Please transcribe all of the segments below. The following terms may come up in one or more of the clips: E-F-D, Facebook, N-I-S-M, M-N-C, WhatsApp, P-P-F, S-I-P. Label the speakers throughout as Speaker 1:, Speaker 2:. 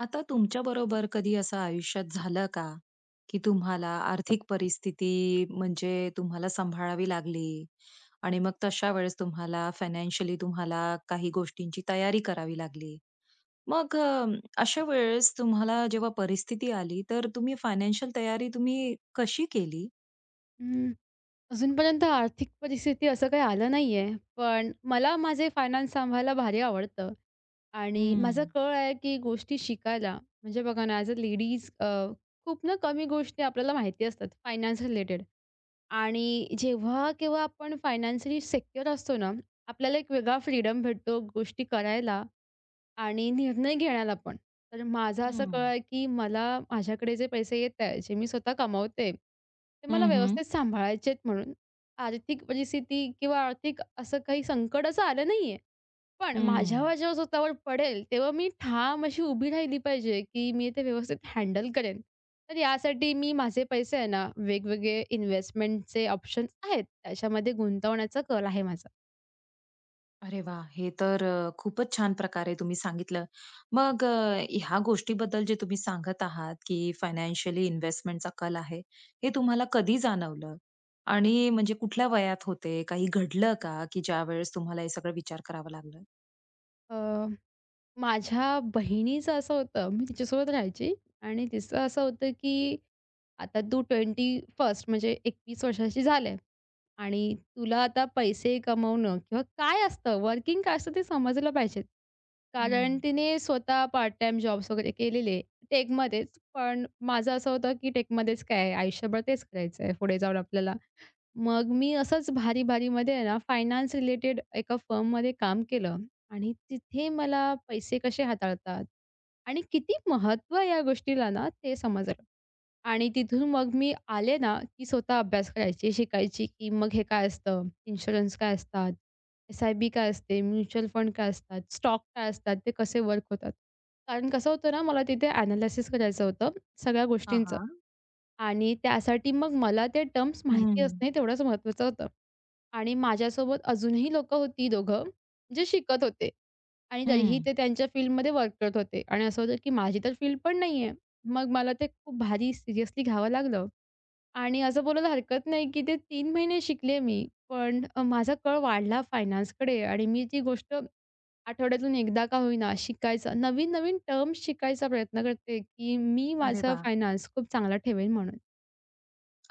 Speaker 1: आता तुमच्या बरोबर कधी असं आयुष्यात झालं का, की तुम्हाला आर्थिक परिस्थिती म्हणजे तुम्हाला सांभाळावी लागली आणि मग तशा वेळेस तुम्हाला फायनान्शियली तुम्हाला काही गोष्टींची तयारी करावी लागली. मग अ, अशा वेळेस तुम्हाला जेव्हा परिस्थिती आली, तर तुम्ही फायनान्शियल तयारी तुम्ही कशी केली?
Speaker 2: हं, अजूनपर्यंत आर्थिक परिस्थिती असं काही आलं नाही आहे. पण मला माझे फायनान्स सांभाळायला भारी आवडतं आणि माझा
Speaker 1: हं,
Speaker 2: कल आहे, की गोष्टी शिकायला. म्हणजे बघा ना, ॲज अ लेडीज खूप ना कमी गोष्टी आपल्याला माहिती असतात फायनान्स रिलेटेड. आणि जेव्हा केव्हा आपण फायनान्शियली सेक्युअर असतो ना, आपल्याला एक वेगळा फ्रीडम भेटतो गोष्टी करायला आणि निर्णय घेण्याला पण. तर माझं असं
Speaker 1: हं,
Speaker 2: कळलं, की मला माझ्याकडे जे पैसे येतायत, जे मी स्वतः कमावते, ते मला
Speaker 1: हं, हं,
Speaker 2: व्यवस्थित सांभाळायचे आहेत म्हणून. आर्थिक परिस्थिती किंवा आर्थिक असं काही संकट असं आलं नाहीये. पण माझ्यावर जेव्हा स्वतःवर पडेल, तेव्हा मी ठाम अशी उभी राहिली पाहिजे, की मी ते व्यवस्थित हँडल करेन. तर यासाठी मी माझे पैसे आहे ना, वेगवेगळे इन्व्हेस्टमेंटचे ऑप्शन्स आहेत. त्याच्यामध्ये गुंतवण्याचा कल आहे माझा.
Speaker 1: अरे वाह! खूपच छान प्रकारे तुम्ही सांगितलं. ह्या गोष्टीबद्दल जे तुम्ही सांगत आहात, की फायनान्शियली इन्व्हेस्टमेंटचा कल आहे, हे तुम्हाला कधी जाणवलं? आणि म्हणजे कुठल्या वयात होते? काही घडलं का, की ज्यावेळेस तुम्हाला हे सगळं विचार करावा लागला?
Speaker 2: अ, माझ्या बहिणीचं असं होतं, मी तिच्यासोबत राहायची आणि तिचं असं होतं, की आता तू 21st म्हणजे 21 वर्षाची झाली आणि तुला आता पैसे कमवणं किंवा काय असतं, वर्किंग काय असतं ते समजलं पाहिजे. कारण
Speaker 1: हं.
Speaker 2: तिने स्वतः पार्ट टाइम जॉब्स वगैरे केलेले टेकमध्येच. पण माझं असं होतं, की टेकमध्येच काय आयुष्यभर तेच करायचं आहे पुढे जाऊन आपल्याला. मग मी असंच भारी-भारीमध्ये आहे ना फायनान्स रिलेटेड एका फर्ममध्ये काम केलं. आणि तिथे मला पैसे कसे हाताळतात आणि किती महत्त्व या गोष्टीला ना, ते समजलं. आणि तिथून मग मी आले ना, की स्वतः अभ्यास करायची, शिकायची, की मग हे काय असतं, इन्शुरन्स काय असतात, एस-आय-पी काय असते, म्युच्युअल फंड काय असतात, स्टॉक काय असतात, ते कसे वर्क होतात. कारण कसं होतं ना, मला तिथे एनालिसिस करायचं होतं सगळ्या
Speaker 1: हां,
Speaker 2: गोष्टींचं.
Speaker 1: हां.
Speaker 2: आणि त्यासाठी मग मला ते टर्म्स
Speaker 1: हं,
Speaker 2: माहिती
Speaker 1: हं.
Speaker 2: असणे तेवढंच महत्त्वाचं होतं. आणि माझ्यासोबत अजूनही लोकं होती दोघं. जे शिकत होते आणि तरीही ते त्यांच्या फील्डमध्ये वर्क करत होते आणि असं होतं की माझी तर फील्ड पण नाही आहे. मग मला ते खूप भारी सिरियसली घ्यावं लागलं आणि असं बोलायला हरकत नाही की ते 3 महिने शिकले मी. पण माझा कल वाढला फायनान्सकडे आणि मी ती गोष्ट आठवड्यातून एकदा का होईना शिकायचा, नवीन-नवीन टर्म्स शिकायचा प्रयत्न करते, की मी
Speaker 1: अरे
Speaker 2: माझं
Speaker 1: वाह!
Speaker 2: फायनान्स खूप चांगला ठेवेन म्हणून.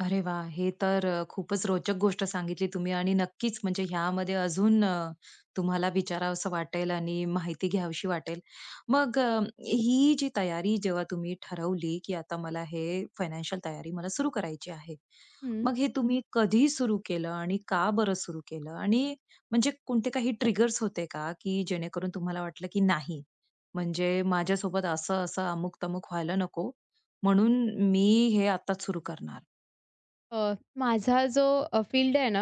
Speaker 1: अरे वा, खूपच रोचक गोष्ट सांगितली तुम्ही आणि नक्कीच म्हणजे ह्यामध्ये अजून तुम्हाला विचारावसं वाटेल आणि माहिती घ्यावीशी वाटेल. ही जी तयारी जेव्हा तुम्ही ठरवली, की आता मला हे फायनान्शियल तयारी मला सुरू करायची आहे.
Speaker 2: हं.
Speaker 1: मग हे तुम्ही कधी सुरू केलं आणि का बरं सुरू केलं? आणि म्हणजे कोणते काही ट्रिगर्स होते का, की जेणेकरून तुम्हाला वाटलं, की नाही म्हणजे माझ्यासोबत असं-असं, अमुक-तमुक व्हायला नको म्हणून मी हे आत्ताच सुरू करणार?
Speaker 2: माझा जो फील्ड आहे ना,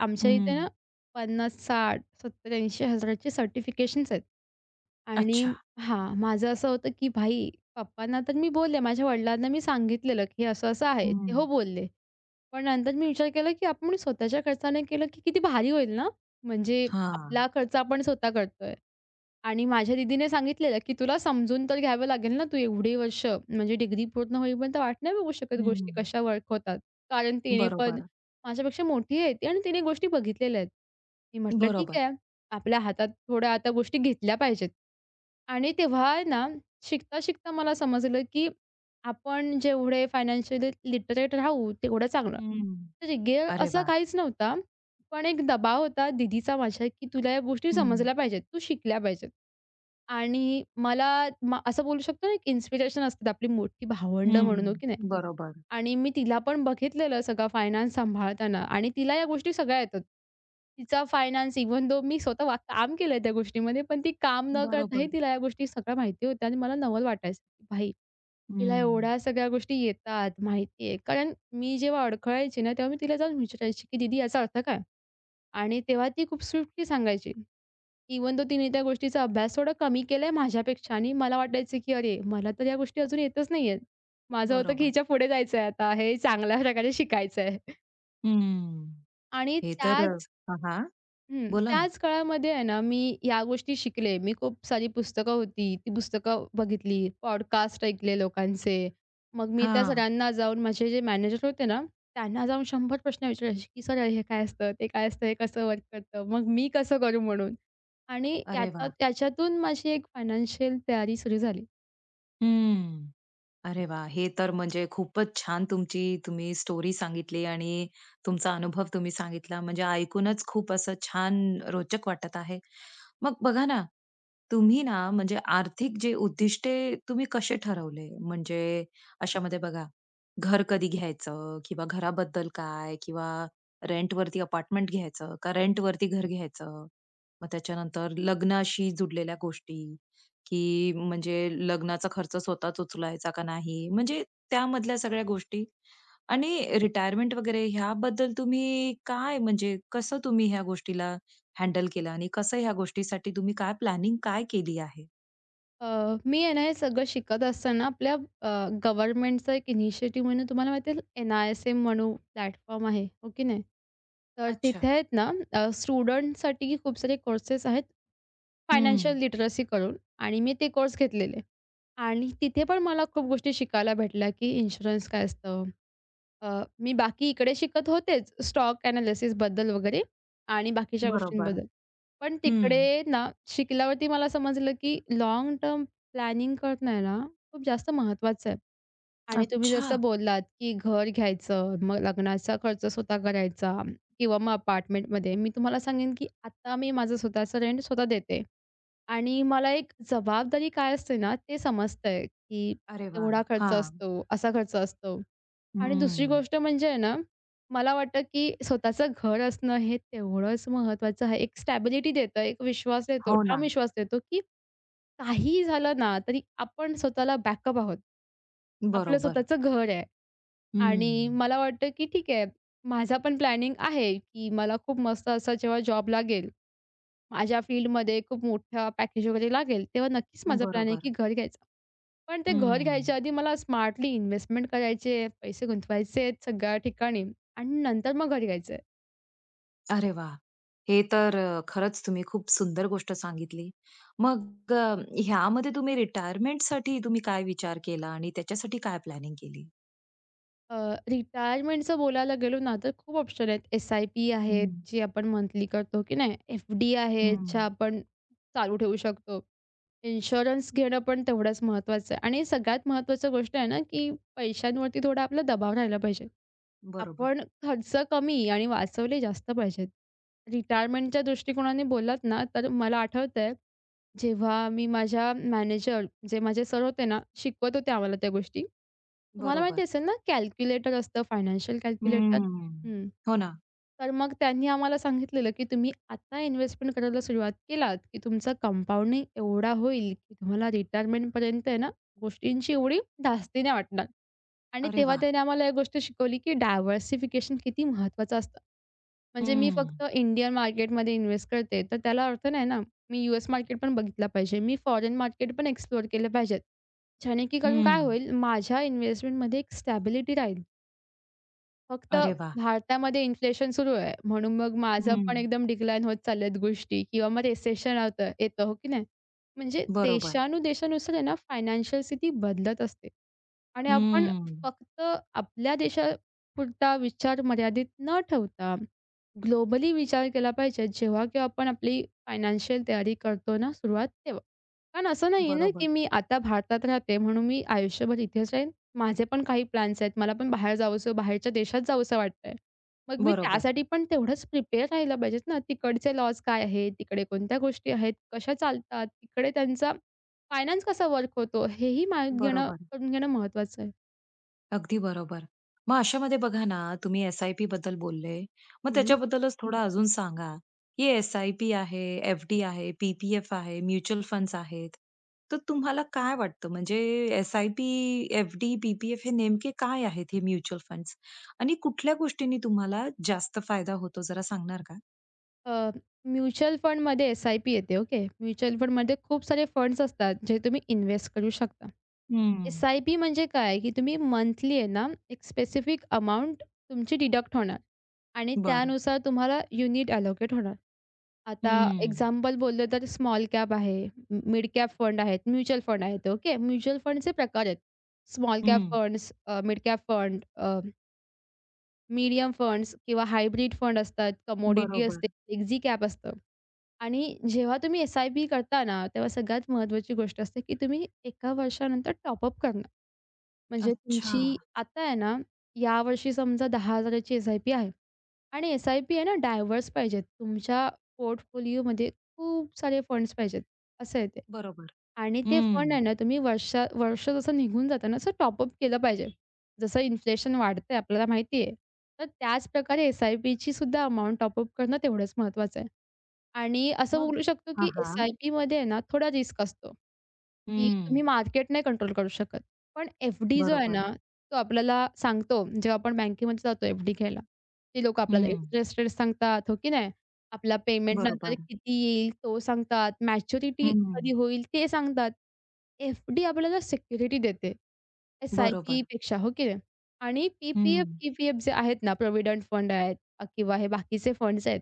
Speaker 2: आमच्या इथे ना
Speaker 1: हं.
Speaker 2: 50, 60, 70, 80 हजाराचे सर्टिफिकेशन्स आहेत. आणि
Speaker 1: अच्छा.
Speaker 2: हां, माझं असं होतं, की भाई, पप्पांना तर मी बोलले, माझ्या वडिलांना मी सांगितलेलं, की असं-असं आहे.
Speaker 1: हं.
Speaker 2: ते हो बोलले. पण नंतर मी विचार केला, की आपण स्वतःच्या खर्चाने केलं, की किती भारी होईल ना? म्हणजे
Speaker 1: हां.
Speaker 2: आपला खर्च आपण स्वतः करतोय. आणि माझ्या दीदीने सांगितलेलं, की "तुला समजून तर घ्यावं लागेल ना, तू एवढी वर्ष म्हणजे डिग्री पूर्ण होईपर्यंत वाट नाही बघू शकत
Speaker 1: हं.
Speaker 2: गोष्टी कशा वर्क होतात." कारण तिने पण
Speaker 1: बरोबर,
Speaker 2: माझ्यापेक्षा मोठी आहे ती आणि तिने गोष्टी बघितलेल्या आहेत. मी म्हटलं, "ठीक
Speaker 1: बरोबर.
Speaker 2: आहे, आपल्या हातात थोड्या आता गोष्टी घेतल्या पाहिजेत." आणि तेव्हा आहे ना, शिकता-शिकता मला समजलं, की आपण जेवढे फायनान्शियली लिटरेट राहू तेवढं चांगलं.
Speaker 1: हं.
Speaker 2: तर गेअर
Speaker 1: अरे
Speaker 2: असा
Speaker 1: वाह!
Speaker 2: काहीच नव्हता. पण एक दबाव होता दीदीचा माझ्या, की तुला या गोष्टी
Speaker 1: हं.
Speaker 2: समजल्या पाहिजेत, तू शिकल्या पाहिजेत. आणि मला असं बोलू शकतो ना, एक इन्स्पिरेशन असतात आपली मोठी भावंडं
Speaker 1: हं.
Speaker 2: म्हणून, हो की नाही?
Speaker 1: बरोबर,
Speaker 2: आणि मी तिला पण बघितलेलं सगळं फायनान्स सांभाळताना आणि तिला या गोष्टी सगळ्या येतात. तिचा फायनान्स, इव्हन दो मी स्वतः वा काम केलंय त्या गोष्टीमध्ये, पण ती काम न करताही
Speaker 1: बरोबर.
Speaker 2: तिला या गोष्टी सगळ्या माहिती होत्या आणि मला नवल वाटायचं, की भाई, तिला
Speaker 1: हं.
Speaker 2: एवढ्या सगळ्या गोष्टी येतात, माहिती आहे. कारण मी जेव्हा अडखळायची ना, तेव्हा मी तिला जाऊन विचारायची, की "दीदी याचा अर्थ काय?" आणि तेव्हा ती खूप स्विफ्टली सांगायची. इव्हन दो तिने त्या गोष्टीचा अभ्यास थोडा कमी केलाय माझ्यापेक्षा आणि मला वाटायचं, की "अरे, मला तर या गोष्टी अजून येतच नाहीयेत." माझं होतं, की
Speaker 1: बरोबर.
Speaker 2: हिच्या पुढे जायचंय आता, हे चांगल्या प्रकारे शिकायचंय
Speaker 1: हं.
Speaker 2: आणि
Speaker 1: हे तर अ
Speaker 2: त्याच, हं,
Speaker 1: बोला ना.
Speaker 2: त्याच काळामध्ये आहे ना, मी या गोष्टी शिकले. मी खूप सारी पुस्तकं होती, ती पुस्तकं बघितली, पॉडकास्ट ऐकले लोकांचे. मग मी त्या
Speaker 1: हां.
Speaker 2: सरांना जाऊन, माझे जे मॅनेजर होते ना, त्यांना जाऊन 100 प्रश्न विचारायचे, की "सर, हे काय असतं? ते काय असतं? हे कसं वर्क करतं? मग मी कसं करू?" म्हणून. आणि
Speaker 1: अरे
Speaker 2: याचा
Speaker 1: वाह!
Speaker 2: त्याच्यातून माझी एक फायनान्शियल तयारी सुरू झाली.
Speaker 1: हं. अरे वाह! हे तर म्हणजे खूपच छान तुमची तुम्ही स्टोरी सांगितली आणि तुमचा अनुभव तुम्ही सांगितला. म्हणजे ऐकूनच खूप असं छान रोचक वाटत आहे. मग बघा ना, तुम्ही ना म्हणजे आर्थिक जे उद्दिष्टे तुम्ही कसे ठरवले? म्हणजे अशामध्ये बघा, घर कधी घ्यायचं किंवा घराबद्दल काय किंवा रेंटवरती अपार्टमेंट घ्यायचं का रेंटवरती घर घ्यायचं? मग त्याच्यानंतर लग्नाशी जुडलेल्या गोष्टी की म्हणजे लग्नाचा खर्च स्वतःच उचलायचा का नाही, म्हणजे त्यामधल्या सगळ्या गोष्टी. आणि रिटायरमेंट वगैरे ह्याबद्दल तुम्ही काय म्हणजे कसं तुम्ही ह्या गोष्टीला हँडल केलं आणि कसं ह्या गोष्टीसाठी तुम्ही काय प्लॅनिंग काय केली आहे?
Speaker 2: मी आहे ना, हे सगळं शिकत असताना आपल्या गव्हर्नमेंटचं एक इनिशिएटिव्ह म्हणून तुम्हाला माहिती, एन-आय-एस-एम म्हणून प्लॅटफॉर्म आहे, हो की नाही? तर
Speaker 1: अच्छा.
Speaker 2: तिथे आहेत ना, स्टुडंटसाठी खूप सारे कोर्सेस आहेत, फायनान्शियल
Speaker 1: हं.
Speaker 2: लिटरसी करून, आणि मी ते कोर्स घेतलेले. आणि तिथे पण मला खूप गोष्टी शिकायला भेटल्या, की इन्शुरन्स काय असतं? अ, मी बाकी इकडे शिकत होतेच, स्टॉक एनालिसिसबद्दल वगैरे आणि बाकीच्या
Speaker 1: बरोबर.
Speaker 2: गोष्टींबद्दल. पण
Speaker 1: हं.
Speaker 2: तिकडे ना, शिकल्यावरती मला समजलं, की लाँग टर्म प्लॅनिंग करणं आहे ना, खूप जास्त महत्त्वाचं आहे. आणि तुम्ही
Speaker 1: अच्छा.
Speaker 2: जसं बोललात, की घर घ्यायचं, मग लग्नाचा खर्च स्वतः करायचा किंवा मग अपार्टमेंटमध्ये. मी तुम्हाला सांगेन, की आता मी माझं स्वतःचं रेंट स्वतः देते आणि मला एक जबाबदारी काय असते ना, ते समजतंय, की
Speaker 1: अरे वाह!
Speaker 2: एवढा खर्च
Speaker 1: हां.
Speaker 2: असतो, असा खर्च असतो. आणि दुसरी
Speaker 1: हं.
Speaker 2: गोष्ट म्हणजे आहे ना, मला वाटतं, की स्वतःचं घर असणं हे तेवढंच महत्त्वाचं आहे. एक स्टॅबिलिटी देतं, एक विश्वास देतो,
Speaker 1: हो
Speaker 2: ठाम
Speaker 1: ना.
Speaker 2: विश्वास देतो, की काहीही झालं ना, तरी आपण स्वतःला बॅकअप आहोत. आपलं
Speaker 1: बरोबर.
Speaker 2: स्वतःचं घर आहे.
Speaker 1: हं.
Speaker 2: आणि मला वाटतं, की ठीक आहे, माझा पण प्लॅनिंग आहे, की मला खूप मस्त असा जेव्हा जॉब लागेल, माझ्या फील्डमध्ये खूप मोठा पॅकेज वगैरे लागेल, तेव्हा नक्कीच माझं प्लॅन आहे,
Speaker 1: बरोबर.
Speaker 2: की घर घ्यायचं. पण ते घर
Speaker 1: हं.
Speaker 2: घ्यायच्या आधी मला स्मार्टली इन्व्हेस्टमेंट करायची, पैसे गुंतवायचे आहेत सगळ्या ठिकाणी आणि नंतर मग घर घ्यायचं आहे.
Speaker 1: अरे वा, खरंच तुम्ही खूप सुंदर गोष्ट सांगितली. मग अ, ह्यामध्ये तुम्ही रिटायरमेंटसाठी तुम्ही काय विचार केला आणि त्याच्यासाठी काय प्लॅनिंग केली?
Speaker 2: अ, रिटायरमेंटचं बोलायला गेलो ना, तर खूप ऑप्शन आहेत. एस-आय-पी आहेत,
Speaker 1: हं,
Speaker 2: जी आपण मंथली करतो की नाही. एफ-डी आहे, ज्या
Speaker 1: हं.
Speaker 2: आपण चालू ठेवू शकतो. इन्शुरन्स घेणं पण तेवढंच महत्त्वाचं आहे आणि सगळ्यात महत्त्वाची गोष्ट आहे ना, की पैशांवरती थोडा आपला दबाव राहिला पाहिजे.
Speaker 1: बरोबर,
Speaker 2: आपण खर्च कमी आणि वाचवले जास्त पाहिजेत. रिटायरमेंटच्या दृष्टिकोनाने बोललात ना, तर मला आठवतंय, जेव्हा मी माझ्या मॅनेजर, जे माझे सर होते ना, शिकवत होते आम्हाला त्या गोष्टी. तुम्हाला माहिती
Speaker 1: बरोबर.
Speaker 2: असेल ना, कॅल्क्युलेटर असतं फायनान्शियल कॅल्क्युलेटर?
Speaker 1: हं.
Speaker 2: हं.
Speaker 1: हो ना.
Speaker 2: तर मग त्यांनी आम्हाला सांगितलेलं, की तुम्ही आता इन्व्हेस्टमेंट करायला सुरुवात केलात, की तुमचा कंपाउंडिंग एवढा होईल, की तुम्हाला रिटायरमेंटपर्यंत आहे ना, गोष्टींची एवढी धास्ती नाही वाटणार. आणि
Speaker 1: अरे
Speaker 2: तेव्हा
Speaker 1: वा,
Speaker 2: त्याने आम्हाला एक गोष्ट शिकवली, की डायव्हर्सिफिकेशन किती महत्त्वाचं असतं. म्हणजे मी
Speaker 1: हं,
Speaker 2: फक्त इंडियन मार्केटमध्ये इन्व्हेस्ट करते, तर त्याला अर्थ नाही ना. मी यूएस मार्केट पण बघितला पाहिजे. मी फॉरेन मार्केट पण एक्सप्लोर केले पाहिजेत. ज्याने की करून
Speaker 1: हं.
Speaker 2: काय होईल, माझ्या इन्व्हेस्टमेंटमध्ये एक स्टॅबिलिटी राहील. फक्त
Speaker 1: अरे वाह!
Speaker 2: भारतामध्ये इन्फ्लेशन सुरू आहे, म्हणून मग माझं
Speaker 1: हं.
Speaker 2: पण एकदम डिक्लाइन होत चालल्यात गोष्टी किंवा मग रिसेशन होतं येतं, हो की नाही? म्हणजे
Speaker 1: बरोबर.
Speaker 2: देशानुदेशानुसार आहे ना, फायनान्शियल स्थिती बदलत असते. आणि आपण
Speaker 1: हं.
Speaker 2: फक्त आपल्या देशापुरता विचार मर्यादित न ठेवता, ग्लोबली विचार केला पाहिजे जेव्हा की आपण आपली फायनान्शियल तयारी करतो ना सुरुवात तेव्हा. कारण असं नाहीये ना,
Speaker 1: बरोबर,
Speaker 2: की मी आता भारतात राहते म्हणून मी आयुष्यभर इथेच राहीन. माझे पण काही प्लॅन्स आहेत. मला पण बाहेर जावंसं, बाहेरच्या देशात जावंसं वाटतंय. मग मी
Speaker 1: बरोबर,
Speaker 2: त्यासाठी पण तेवढंच प्रिपेअर राहायला पाहिजेत ना. तिकडचे लॉज काय आहेत? तिकडे कोणत्या गोष्टी आहेत? कशा चालतात? तिकडे त्यांचा फायनान्स कसा वर्क होतो? हेही माहीत घेणं
Speaker 1: बरोबर.
Speaker 2: करून घेणं महत्त्वाचं आहे.
Speaker 1: अगदी बरोबर. मग अशामध्ये बघा ना, तुम्ही SIP बद्दल बोलले. मग
Speaker 2: हं.
Speaker 1: त्याच्याबद्दलच थोडं अजून सांगा, की SIP आहे, FD आहे, PPF आहे, म्युच्युअल फंड्स आहेत. तर तुम्हाला काय वाटतं म्हणजे SIP, FD, PPF हे नेमके काय आहेत हे म्युच्युअल फंड्स? आणि कुठल्या गोष्टींनी तुम्हाला जास्त फायदा होतो जरा सांगणार का?
Speaker 2: अ, म्युच्युअल फंडमध्ये एस-आय-पी येते, ओके. म्युच्युअल फंडमध्ये खूप सारे फंड्स असतात, जे तुम्ही इन्व्हेस्ट करू शकता.
Speaker 1: हं.
Speaker 2: एस-आय-पी म्हणजे काय, की तुम्ही मंथली आहे ना, एक स्पेसिफिक अमाउंट तुमची डिडक्ट होणार आणि
Speaker 1: बरं.
Speaker 2: त्यानुसार तुम्हाला युनिट अलोकेट होणार. आता,
Speaker 1: हं,
Speaker 2: एक्झाम्पल बोललं तर स्मॉल कॅप आहे, मिड कॅप फंड आहेत, म्युच्युअल फंड आहेत, ओके. म्युच्युअल फंडचे प्रकार आहेत. स्मॉल कॅप
Speaker 1: हं.
Speaker 2: Funds, mid cap fund, medium funds किंवा हायब्रिड फंड असतात, कमोडिटी
Speaker 1: बरोबर.
Speaker 2: असते, एक्झी कॅप असतं. आणि जेव्हा तुम्ही एस-आय-पी करता ना, तेव्हा सगळ्यात महत्त्वाची गोष्ट असते, की तुम्ही एका वर्षानंतर टॉप-अप करणं. म्हणजे
Speaker 1: अच्छा.
Speaker 2: तुमची आता आहे ना, यावर्षी समजा 10,000ची एस-आय-पी आहे आणि एस-आय-पी आहे ना, डायव्हर्स पाहिजेत. तुमच्या पोर्टफोलिओमध्ये खूप सारे फंड्स पाहिजेत, असं आहे ते.
Speaker 1: बरोबर.
Speaker 2: आणि ते
Speaker 1: हं.
Speaker 2: फंड आहे ना, तुम्ही वर्षा वर्ष जसं निघून जातं ना, असं टॉप केलं पाहिजे. जसं इन्फ्लेशन वाढतंय आपल्याला माहिती आहे. तर त्याचप्रकारे एस-आय-पीची सुद्धा अमाउंट टॉप करणं तेवढंच महत्त्वाचं आहे. आणि असं
Speaker 1: मग?
Speaker 2: बोलू शकतो,
Speaker 1: हां,
Speaker 2: की
Speaker 1: हां.
Speaker 2: एस-आय-पीमध्ये आहे ना थोडा रिस्क असतो, की
Speaker 1: हं.
Speaker 2: तुम्ही मार्केट नाही कंट्रोल करू शकत. पण एफ-डी जो आहे ना,
Speaker 1: बरोबर.
Speaker 2: तो आपल्याला सांगतो जेव्हा आपण बँकेमध्ये जातो एफ-डी घ्यायला. ते लोकं आपल्याला
Speaker 1: हं,
Speaker 2: इंटरेस्ट रेट सांगतात, हो की नाही? आपला पेमेंट नंतर
Speaker 1: बरोबर.
Speaker 2: किती येईल तो सांगतात. मॅच्युरिटी कधी
Speaker 1: हं,
Speaker 2: होईल ते सांगतात. एफ-डी आपल्याला सिक्युरिटी देते,
Speaker 1: बरोबर.
Speaker 2: एस-आय-पीपेक्षा, हो की नाही? आणि
Speaker 1: हं,
Speaker 2: पी-पी-एफ, पी-पी-एफ जे आहेत ना, प्रॉव्हिडंट फंड आहेत किंवा हे बाकीचे फंड्स आहेत.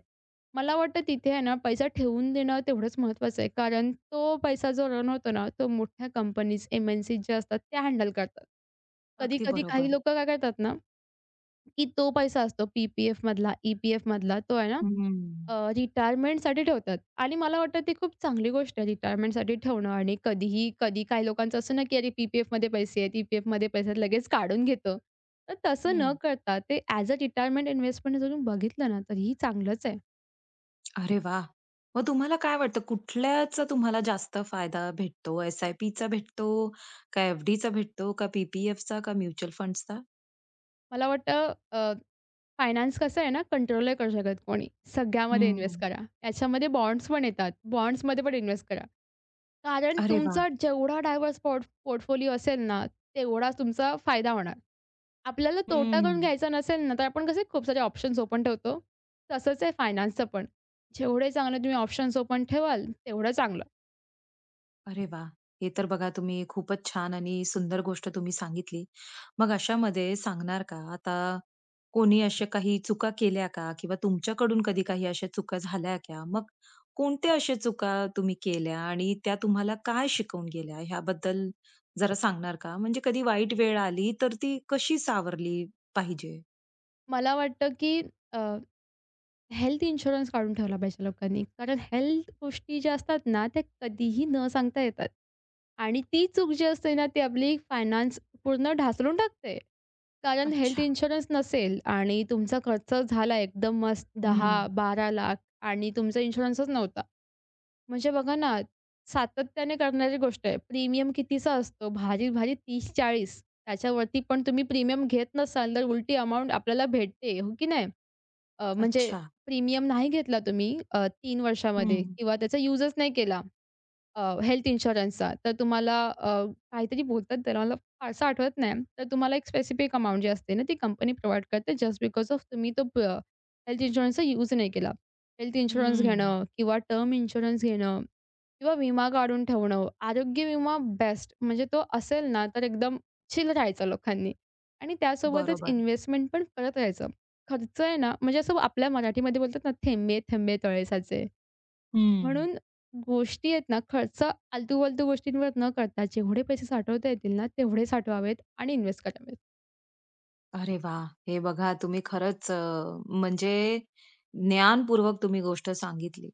Speaker 2: मला वाटतं तिथे आहे ना, पैसा ठेवून देणं तेवढंच महत्त्वाचं आहे. कारण तो पैसा जो रन होतो ना, तो मोठ्या कंपनीज, एम-एन-सीज ज्या असतात त्या हँडल करतात.
Speaker 1: अगदी
Speaker 2: कधी-कधी
Speaker 1: बरोबर.
Speaker 2: काही लोकं काय करतात ना, की तो पैसा असतो पी-पी-एफमधला, ई-पी-एफमधला, तो आहे ना,
Speaker 1: हं,
Speaker 2: रिटायरमेंटसाठी ठेवतात आणि मला वाटतं ती खूप चांगली गोष्ट आहे रिटायरमेंटसाठी ठेवणं. आणि कधीही, कधी काही लोकांचं असं ना, की अरे पी-पी-एफमध्ये पैसे आहेत, ई-पी-एफमध्ये पैसे आहेत, लगेच काढून घेतो. तर तसं न
Speaker 1: हं.
Speaker 2: करता ते ॲज अ रिटायरमेंट इन्व्हेस्टमेंट जर तुम्ही बघितलं ना, तर ही चांगलंच आहे.
Speaker 1: अरे वा मग तुम्हाला काय वाटतं कुठल्याचा तुम्हाला जास्त फायदा भेटतो? एस-आय-पीचा भेटतो, का एफ-डीचा भेटतो, का PPF चा का म्युच्युअल फंड्सचा?
Speaker 2: मला वाटतं फायनान्स कसं आहे ना, कंट्रोल नाही करू शकत कोणी. सगळ्यामध्ये इन्व्हेस्ट
Speaker 1: हं.
Speaker 2: करा. त्याच्यामध्ये बॉन्ड्स पण येतात. बॉन्ड्समध्ये पण इन्व्हेस्ट करा. कारण
Speaker 1: अरे वा
Speaker 2: तुमचा जेवढा डायव्हर्स पोर्टफोलिओ असेल ना, तेवढा तुमचा फायदा होणार. आपल्याला तोटा करून
Speaker 1: हं.
Speaker 2: घ्यायचा नसेल ना, तर आपण कसे खूप सारे ऑप्शन्स ओपन ठेवतो. तसंच आहे फायनान्सचं पण. जेवढे चांगले तुम्ही ऑप्शन्स ओपन ठेवाल, तेवढं चांगलं.
Speaker 1: अरे वाह! हे तर बघा तुम्ही खूपच छान आणि सुंदर गोष्ट तुम्ही सांगितली. मग अशामध्ये सांगणार का आता कोणी अशा काही चुका केल्या का? किंवा तुमच्याकडून कधी काही अशा चुका झाल्या का? मग कोणत्या अशा चुका तुम्ही केल्या आणि त्या तुम्हाला काय शिकवून गेल्या ह्याबद्दल जरा सांगणार का? म्हणजे कधी वाईट वेळ आली तर ती कशी सावरली पाहिजे?
Speaker 2: मला वाटतं की हेल्थ इन्शुरन्स काढून ठेवला पाहिजे लोकांनी. कारण हेल्थ गोष्टी ज्या असतात ना, त्या कधीही न सांगता येतात. आणि ती चूक जी असते ना, ती आपली फायनान्स पूर्ण ढासळून टाकते. कारण हेल्थ
Speaker 1: अच्छा.
Speaker 2: इन्शुरन्स नसेल आणि तुमचा खर्च झाला एकदम मस्त
Speaker 1: हं.
Speaker 2: 10-12 लाख आणि तुमचा इन्शुरन्सच नव्हता. म्हणजे बघा ना, सातत्याने करणारी गोष्ट आहे. प्रीमियम कितीचा असतो? भारी-भारी 30-40. त्याच्यावरती पण तुम्ही प्रीमियम घेत नसाल, तर उलटी अमाउंट आपल्याला भेटते, हो की नाही? म्हणजे
Speaker 1: अच्छा.
Speaker 2: प्रीमियम नाही घेतला तुम्ही, 3 वर्षामध्ये
Speaker 1: हं.
Speaker 2: किंवा त्याचा युजच नाही केला, हेल्थ इन्शुरन्सचा. तर तुम्हाला काहीतरी बोलतात त्याला मला फारसं आठवत नाही. तर तुम्हाला एक स्पेसिफिक अमाउंट जी असते ना, ती कंपनी प्रोव्हाईड करते जस्ट बिकॉज ऑफ तुम्ही तो हेल्थ इन्शुरन्सचा यूज नाही केला. हेल्थ इन्शुरन्स
Speaker 1: हं.
Speaker 2: घेणं किंवा टर्म इन्शुरन्स घेणं किंवा विमा काढून ठेवणं. आरोग्य विमा बेस्ट म्हणजे तो असेल ना, तर एकदम चिल राहायचं लोकांनी आणि त्यासोबतच
Speaker 1: बरोबर.
Speaker 2: इन्व्हेस्टमेंट पण करत राहायचं. खर्च आहे ना, म्हणजे असं आपल्या मराठीमध्ये बोलतात ना, "थेंबे, थेंबे तळे साचे."
Speaker 1: हं.
Speaker 2: म्हणून गोष्टी आहेत ना, खर्च आलतू-फालतू गोष्टींवर न करता जेवढे पैसे साठवता येतील ना, तेवढे साठवावेत आणि इन्व्हेस्ट करावेत.
Speaker 1: अरे वा, हे बघा तुम्ही खरंच म्हणजे ज्ञानपूर्वक तुम्ही गोष्ट सांगितली.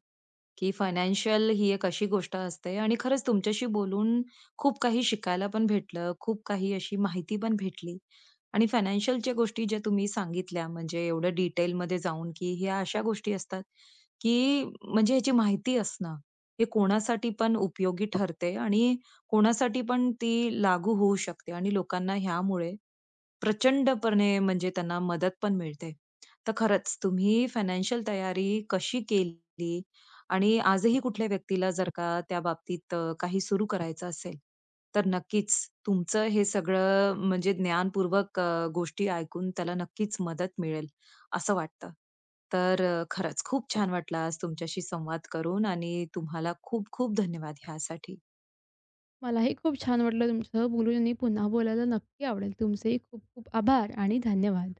Speaker 1: की फायनान्शियल ही एक अशी गोष्ट असते आणि खरंच तुमच्याशी बोलून खूप काही शिकायला पण भेटलं, खूप काही अशी माहिती पण भेटली. आणि फायनान्शियलच्या गोष्टी ज्या तुम्ही सांगितल्या म्हणजे एवढं डिटेलमध्ये जाऊन, की ह्या अशा गोष्टी असतात, की म्हणजे ह्याची माहिती असणं हे कोणासाठी पण उपयोगी ठरते आणि कोणासाठी पण ती लागू होऊ शकते आणि लोकांना ह्यामुळे प्रचंडपणे म्हणजे त्यांना मदत पण मिळते. तर खरंच तुम्ही फायनान्शियल तयारी कशी केली आणि आजही कुठल्या व्यक्तीला जर का त्या बाबतीत काही सुरू करायचं असेल, तर नक्कीच तुमचं हे सगळं म्हणजे ज्ञानपूर्वक गोष्टी ऐकून त्याला नक्कीच मदत मिळेल, असं वाटतं. खरंच खूप छान वाटलं आज तुमच्याशी संवाद करून आणि तुम्हाला खूप खूप धन्यवाद ह्यासाठी.
Speaker 2: मलाही खूप छान वाटलं तुमच्यासोबत बोलून आणि पुन्हा बोलायला नक्की आवडेल. तुमचेही खूप खूप आभार आणि धन्यवाद.